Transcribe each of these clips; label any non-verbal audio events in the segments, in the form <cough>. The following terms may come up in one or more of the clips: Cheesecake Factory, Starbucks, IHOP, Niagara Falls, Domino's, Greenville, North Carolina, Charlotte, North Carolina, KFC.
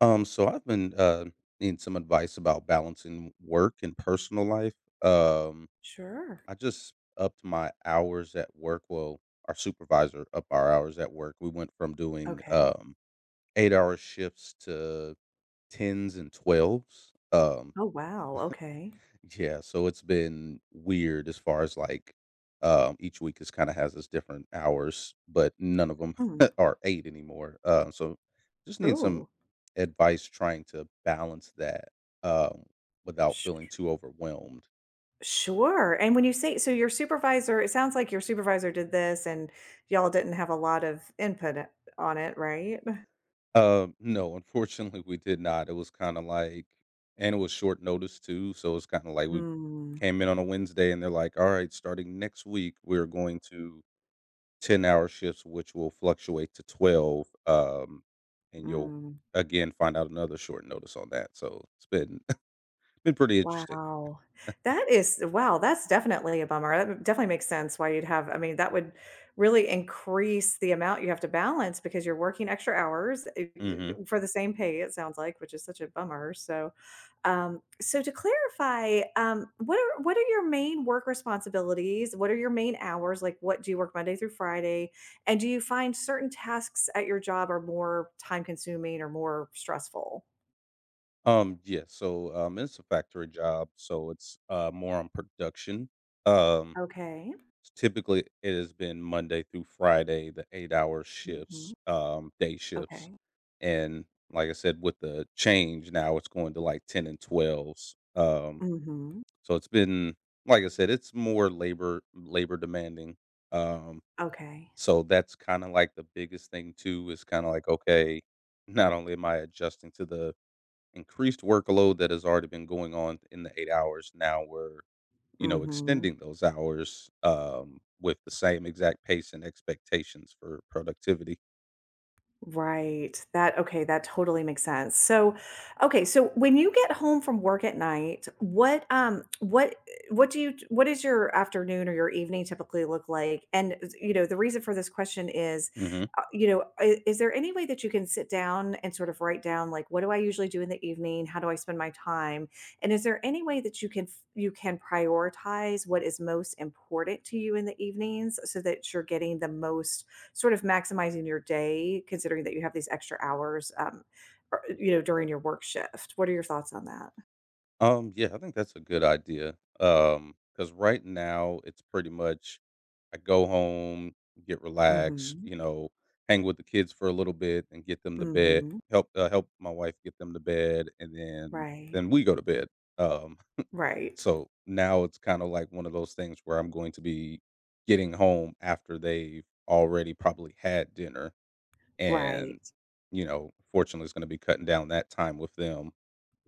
So I've been needing some advice about balancing work and personal life. Um, Sure. I just upped my hours at work. Well, our supervisor upped our hours at work. We went from doing Okay. 8-hour shifts to tens and twelves. Oh, wow, okay. Yeah, so it's been weird as far as like each week is kind of has its different hours, but none of them Hmm. <laughs> are eight anymore. So just need some Ooh. advice trying to balance that um without feeling Sh too overwhelmed. sure, and when you say so your supervisor it sounds like your supervisor did this and y'all didn't have a lot of input, on it, right? No, <laughs> unfortunately we did not. It was kind of like, and it was short notice too, so it's kind of like we Mm, came in on a Wednesday and they're like, "All right, starting next week we're going to 10-hour shifts, which will fluctuate to 12, and you'll mm. again find out another short notice on that." So it's been <laughs> been pretty interesting. Wow. That is wow, that's definitely a bummer. That definitely makes sense why you'd have I mean, that would really increase the amount you have to balance because you're working extra hours Mhm. for the same pay, it sounds like, which is such a bummer. So, so to clarify, what are your main work responsibilities? What are your main hours? Like, what do you work Monday through Friday? And do you find certain tasks at your job are more time consuming or more stressful? Yeah, so, it's a factory job, so it's, more on production. Um, Okay. typically, it has been Monday through Friday, the 8-hour Hmm. shifts, day shifts, Okay. and like I said, with the change now, it's going to, like, 10 and 12s. Mhm. So it's been, like I said, it's more labor demanding. Um, Okay. so that's kind of like the biggest thing too, is kind of like, okay, not only am I adjusting to the increased workload that has already been going on in the 8 hours, now we're Mhm. extending those hours with the same exact pace and expectations for productivity. Right. That okay, that totally makes sense. So, okay, so when you get home from work at night, what do you what is your afternoon or your evening typically look like? And you know, the reason for this question is Mhm. You know, is there any way that you can sit down and sort of write down like what do I usually do in the evening? How do I spend my time? And is there any way that you can you can prioritize what is most important to you in the evenings so that you're getting the most sort of maximizing your day, considering that you have these extra hours, or, you know, during your work shift. What are your thoughts on that? Yeah, I think that's a good idea. Because right now it's pretty much I go home, get relaxed, Mhm. Hang with the kids for a little bit and get them to bed, Mhm. help my wife get them to bed, and then Right. then we go to bed. Um, <laughs> Right. so now it's kind of like one of those things where I'm going to be getting home after they've already probably had dinner, and Right. Fortunately, it's going to be cutting down that time with them.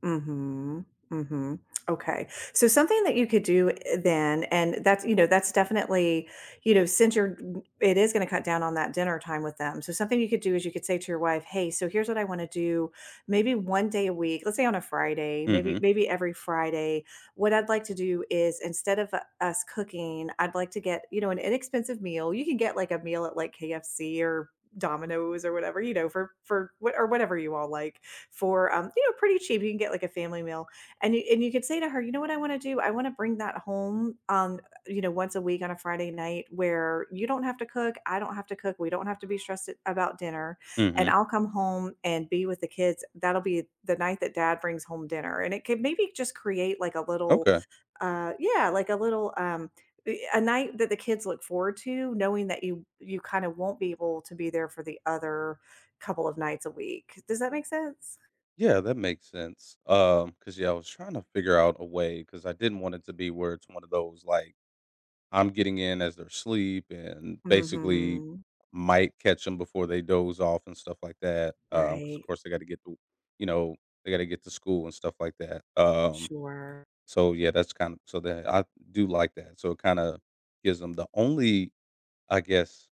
Mhm, mhm. Okay. So something that you could do then, and that's, you know, that's definitely, you know, since you're, it is going to cut down on that dinner time with them. So something you could do is you could say to your wife, "Hey, so here's what I want to do. Maybe one day a week, let's say on a Friday, maybe Mm-hmm. maybe every Friday. What I'd like to do is instead of us cooking, I'd like to get, you know, an inexpensive meal. You can get like a meal at like KFC or." Domino's or whatever, you know, for whatever you all like for you know pretty cheap. You can get like a family meal, and you could say to her, you know what I want to do? I want to bring that home. You know, once a week on a Friday night where you don't have to cook, I don't have to cook, we don't have to be stressed about dinner, Mm-hmm. and I'll come home and be with the kids. That'll be the night that Dad brings home dinner, and it could maybe just create like a little Okay. Yeah like a little a night that the kids look forward to knowing that you kind of won't be able to be there for the other couple of nights a week. Does that make sense? Yeah, that makes sense. Cause yeah, I was trying to figure out a way because I didn't want it to be where it's one of those, like, I'm getting in as they're asleep and basically Mhm. might catch them before they doze off and stuff like that. Cause of Right. course you know, they got to get to school and stuff like that. Sure. So yeah, that's kind of, so that I do like that. So it kind of gives them the only, I guess,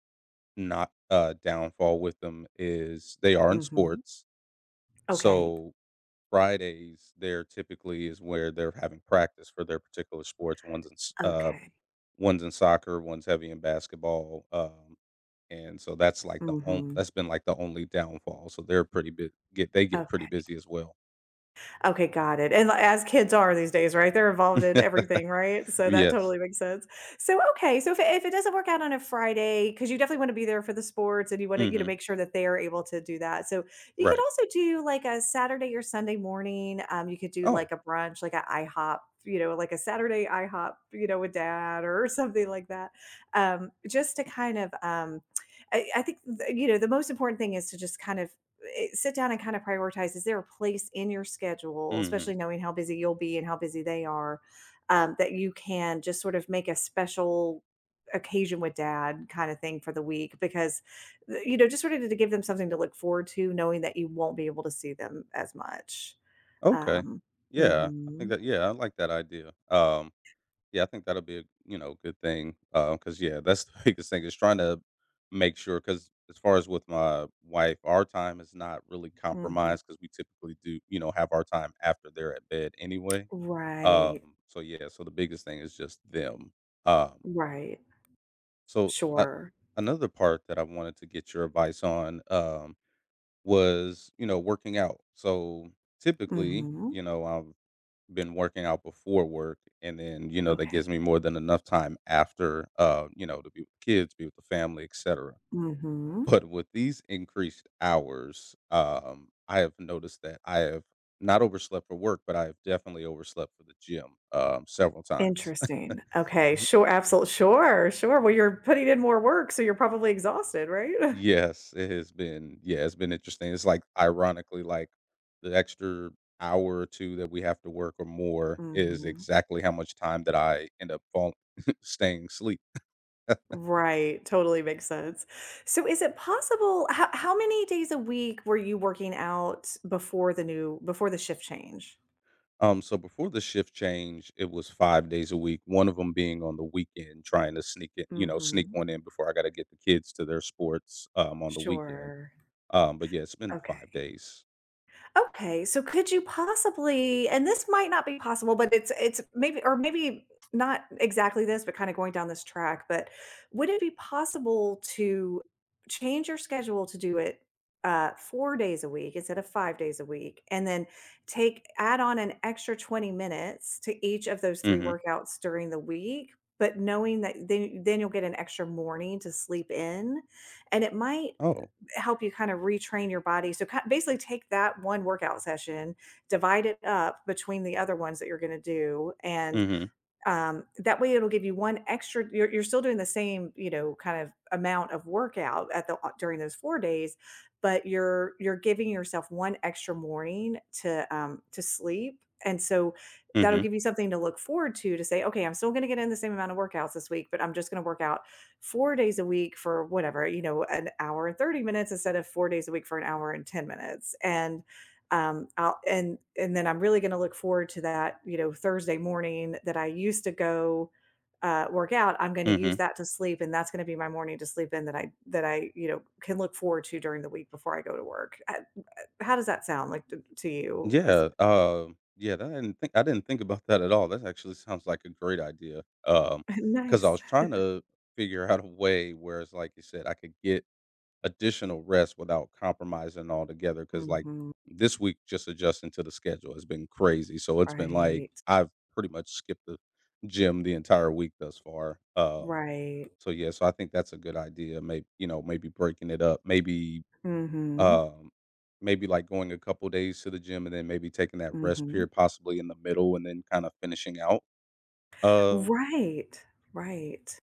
not downfall with them is they are in Mhm. sports. Okay. So Fridays, there typically is where they're having practice for their particular sports. One's in s- uh, Okay. one's in soccer, one's heavy in basketball, and so that's like the on, Mhm. that's been like the only downfall. So they get pretty Okay. busy as well. Okay, got it, and, li as kids are these days, right? They're involved in everything, <laughs> right? So that Yes. totally makes sense. So, okay, so if it doesn't work out on a Friday, because you definitely wanna be there for the sports and you wanna, you know, Hmm. make sure that they are able to do that. So, you could Right. also do, like, a Saturday or Sunday morning, you could do, Oh. like, a brunch, like a IHOP, you know, like a Saturday IHOP, you know, with dad or <laughs> something like that, just to kind of, I think, th you know, the most important thing is to just kind of sit down and kind of prioritize is there a place in your schedule, Hmm. especially knowing how busy you'll be and how busy they are, that you can just sort of make a special occasion with dad kind of thing for the week, because you know just sort of to give them something to look forward to knowing that you won't be able to see them as much. Okay. um Yeah, I hmm think that. Yeah, I like that idea. Yeah, I think that'll be a, good thing, cause yeah, that's the <laughs> biggest thing is trying to make sure. Cause as far as with my wife, our time is not really hmm compromised. Cause we typically do, have our time after they're at bed anyway. right. So, yeah, so the biggest thing is just them. Um, Right. so, Sure. another part that I wanted to get your advice on, was, working out. So, typically, Hmm. I've been working out before work, and then, that gives me Okay. more than enough time after, to be with the kids, be with the family, etc. <laughs> Hmm. But with these increased hours, I have noticed that I have not overslept for work, but I have definitely overslept for the gym, several times. <laughs> Interesting. Okay, sure, absolutely. Sure, sure. Well, you're putting in more work, so you're probably exhausted, right? <laughs> Yes, it has been, yeah, it's been interesting. It's like, ironically, like the extra hour or 2 that we have to work or more is Mhm. exactly how much time that I end up falling, <laughs> staying asleep. Right, totally makes sense. So is it possible how many days a week were you working out before the new before the shift change? So before the shift change, it was 5 days a week, one of them being on the weekend, trying to sneak it you know, sneak Mhm. one in before I gotta get the kids to their sports, on the weekend. Sure. But yeah, it's been Okay. 5 days. Okay, so could you possibly and this might not be possible, but it's maybe or maybe not exactly this, but kind of going down this track, but would it be possible to change your schedule to do it 4 days a week instead of 5 days a week and then take add on an extra 20 minutes to each of those 3 Mhm. workouts during the week? But knowing that then you'll get an extra morning to sleep in, and it might Oh. help you kind of retrain your body. So ki basically take that one workout session, divide it up between the other ones that you're gonna do, and Mhm. That way it'll give you one extra you're still doing the same, you know, kind of amount of workout at the during those 4 days, but you're giving yourself one extra morning to sleep, and so that'll Mhm. give you something to look forward to say, "Okay, I'm still gonna get in the same amount of workouts this week, but I'm just gonna work out 4 days a week for whatever, you know, an hour and 30 minutes instead of 4 days a week for an hour and 10 minutes," and I'll and then I'm really gonna look forward to that, you know, Thursday morning that I used to go, work out. I'm gonna use Mhm. that to sleep, and that's gonna be my morning to sleep in that you know, can look forward to during the week before I go to work. How does that sound like to you? As Yeah, yeah, that I didn't think about that at all. That actually sounds like a great idea. <laughs> Because I nice. was trying to figure out a way where it's like you said, I could get additional rest without compromising altogether. Cause, like, Mhm. this week, just adjusting to the schedule has been crazy. So it's been like Right. I've pretty much skipped the gym the entire week thus far. Right. So yeah, so I think that's a good idea. Maybe breaking it up, Mhm. um, maybe like going a couple days to the gym and then maybe taking that rest Mhm. period possibly in the middle and then kind of finishing out. Um, Right. Right.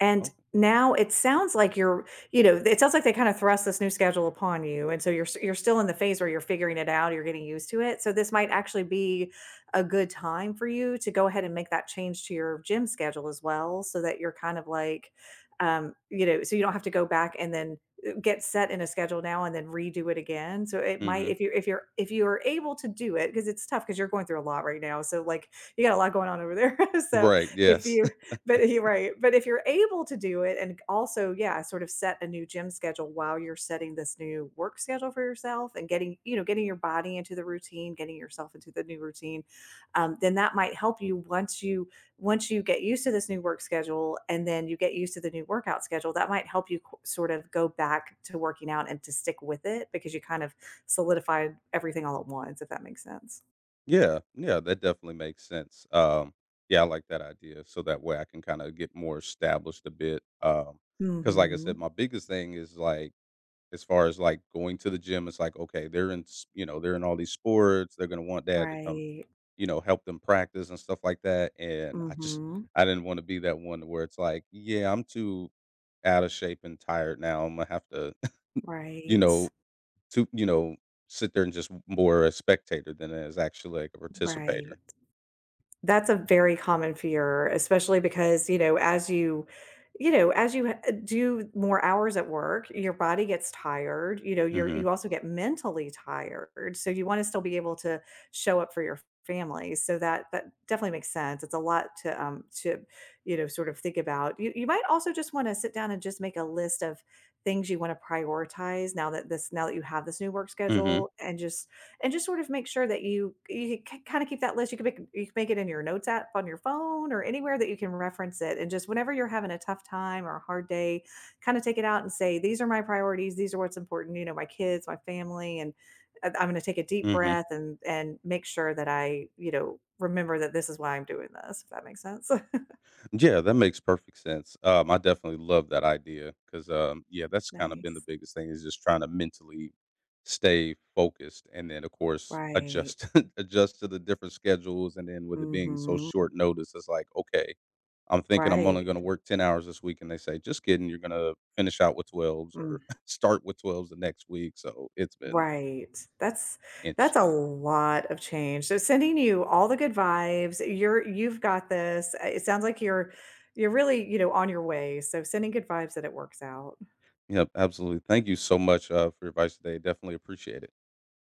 And okay. now it sounds like you're you know, it sounds like they kinda thrust this new schedule upon you, and so you're still in the phase where you're figuring it out, you're getting used to it, so this might actually be a good time for you to go ahead and make that change to your gym schedule as well, so that you're kind of like, you know, so you don't have to go back and then, get set in a schedule now and then redo it again, so it might Hmm. if you if you're able to do it because it's tough because 'cause you're going through a lot right now, so, like, you got a lot going on over there, <laughs> so Right. if Yes. you but you're right, but if you're able to do it and also, yeah, sort of set a new gym schedule while you're setting this new work schedule for yourself and getting, you know, getting your body into the routine, getting yourself into the new routine, then that might help you once you get used to this new work schedule and then you get used to the new workout schedule, that might help you sort of go back to working out and to stick with it because you kind of solidified everything all at once, if that makes sense. Yeah, yeah, that definitely makes sense. Yeah, I like that idea. So that way I can kind of get more established a bit. Because like I said, Mhm. my biggest thing is like, as far as like going to the gym, it's like, okay, they're in, s- you know, they're in all these sports, they're gonna want dad to come, Right. Help them practice and stuff like that. And I just Mhm. I didn't want to be that one where it's like, yeah, I'm too out of shape and tired now. I'm gonna have to, <laughs> you Right. know, to you know, sit there and just more a spectator than as actually like a participator. Right. That's a very common fear, especially because, you know, as you you know, as you h do more hours at work, your body gets tired, you know, you're Mhm, you also get mentally tired, so you wanna still be able to show up for your family, so that that definitely makes sense. It's a lot to, you know, sort of think about. You might also just wanna sit down and just make a list of things you wanna prioritize now that you have this new work mhm, schedule, and just sort of make sure that you kind of keep that list. You can make it in your notes app on your phone or anywhere that you can reference it. And just whenever you're having a tough time or a hard day, kind of take it out and say, "These are my priorities. These are what's important. You know, my kids, my family, and I'm going to take a deep mhm. breath and make sure that I you know remember that this is why I'm doing this. If that makes sense. <laughs> Yeah, that makes perfect sense. I definitely love that idea because, yeah, that's kind of been the Nice. biggest thing is just trying to mentally stay focused, and then of course Right. adjust <laughs> adjust to the different schedules, and then with it being so Mm-hmm. short notice, it's like, okay, I'm thinking I'm only Right. going to work 10 hours this week, and they say, just kidding, you're going to finish out with twelves or <laughs> start with twelves the next week. So it's been Right. That's a interesting. lot of change. So sending you all the good vibes. You're you've got this. It sounds like you're really, you know, on your way. So sending good vibes that it works out. Yep, absolutely. Thank you so much for your advice today. Definitely appreciate it.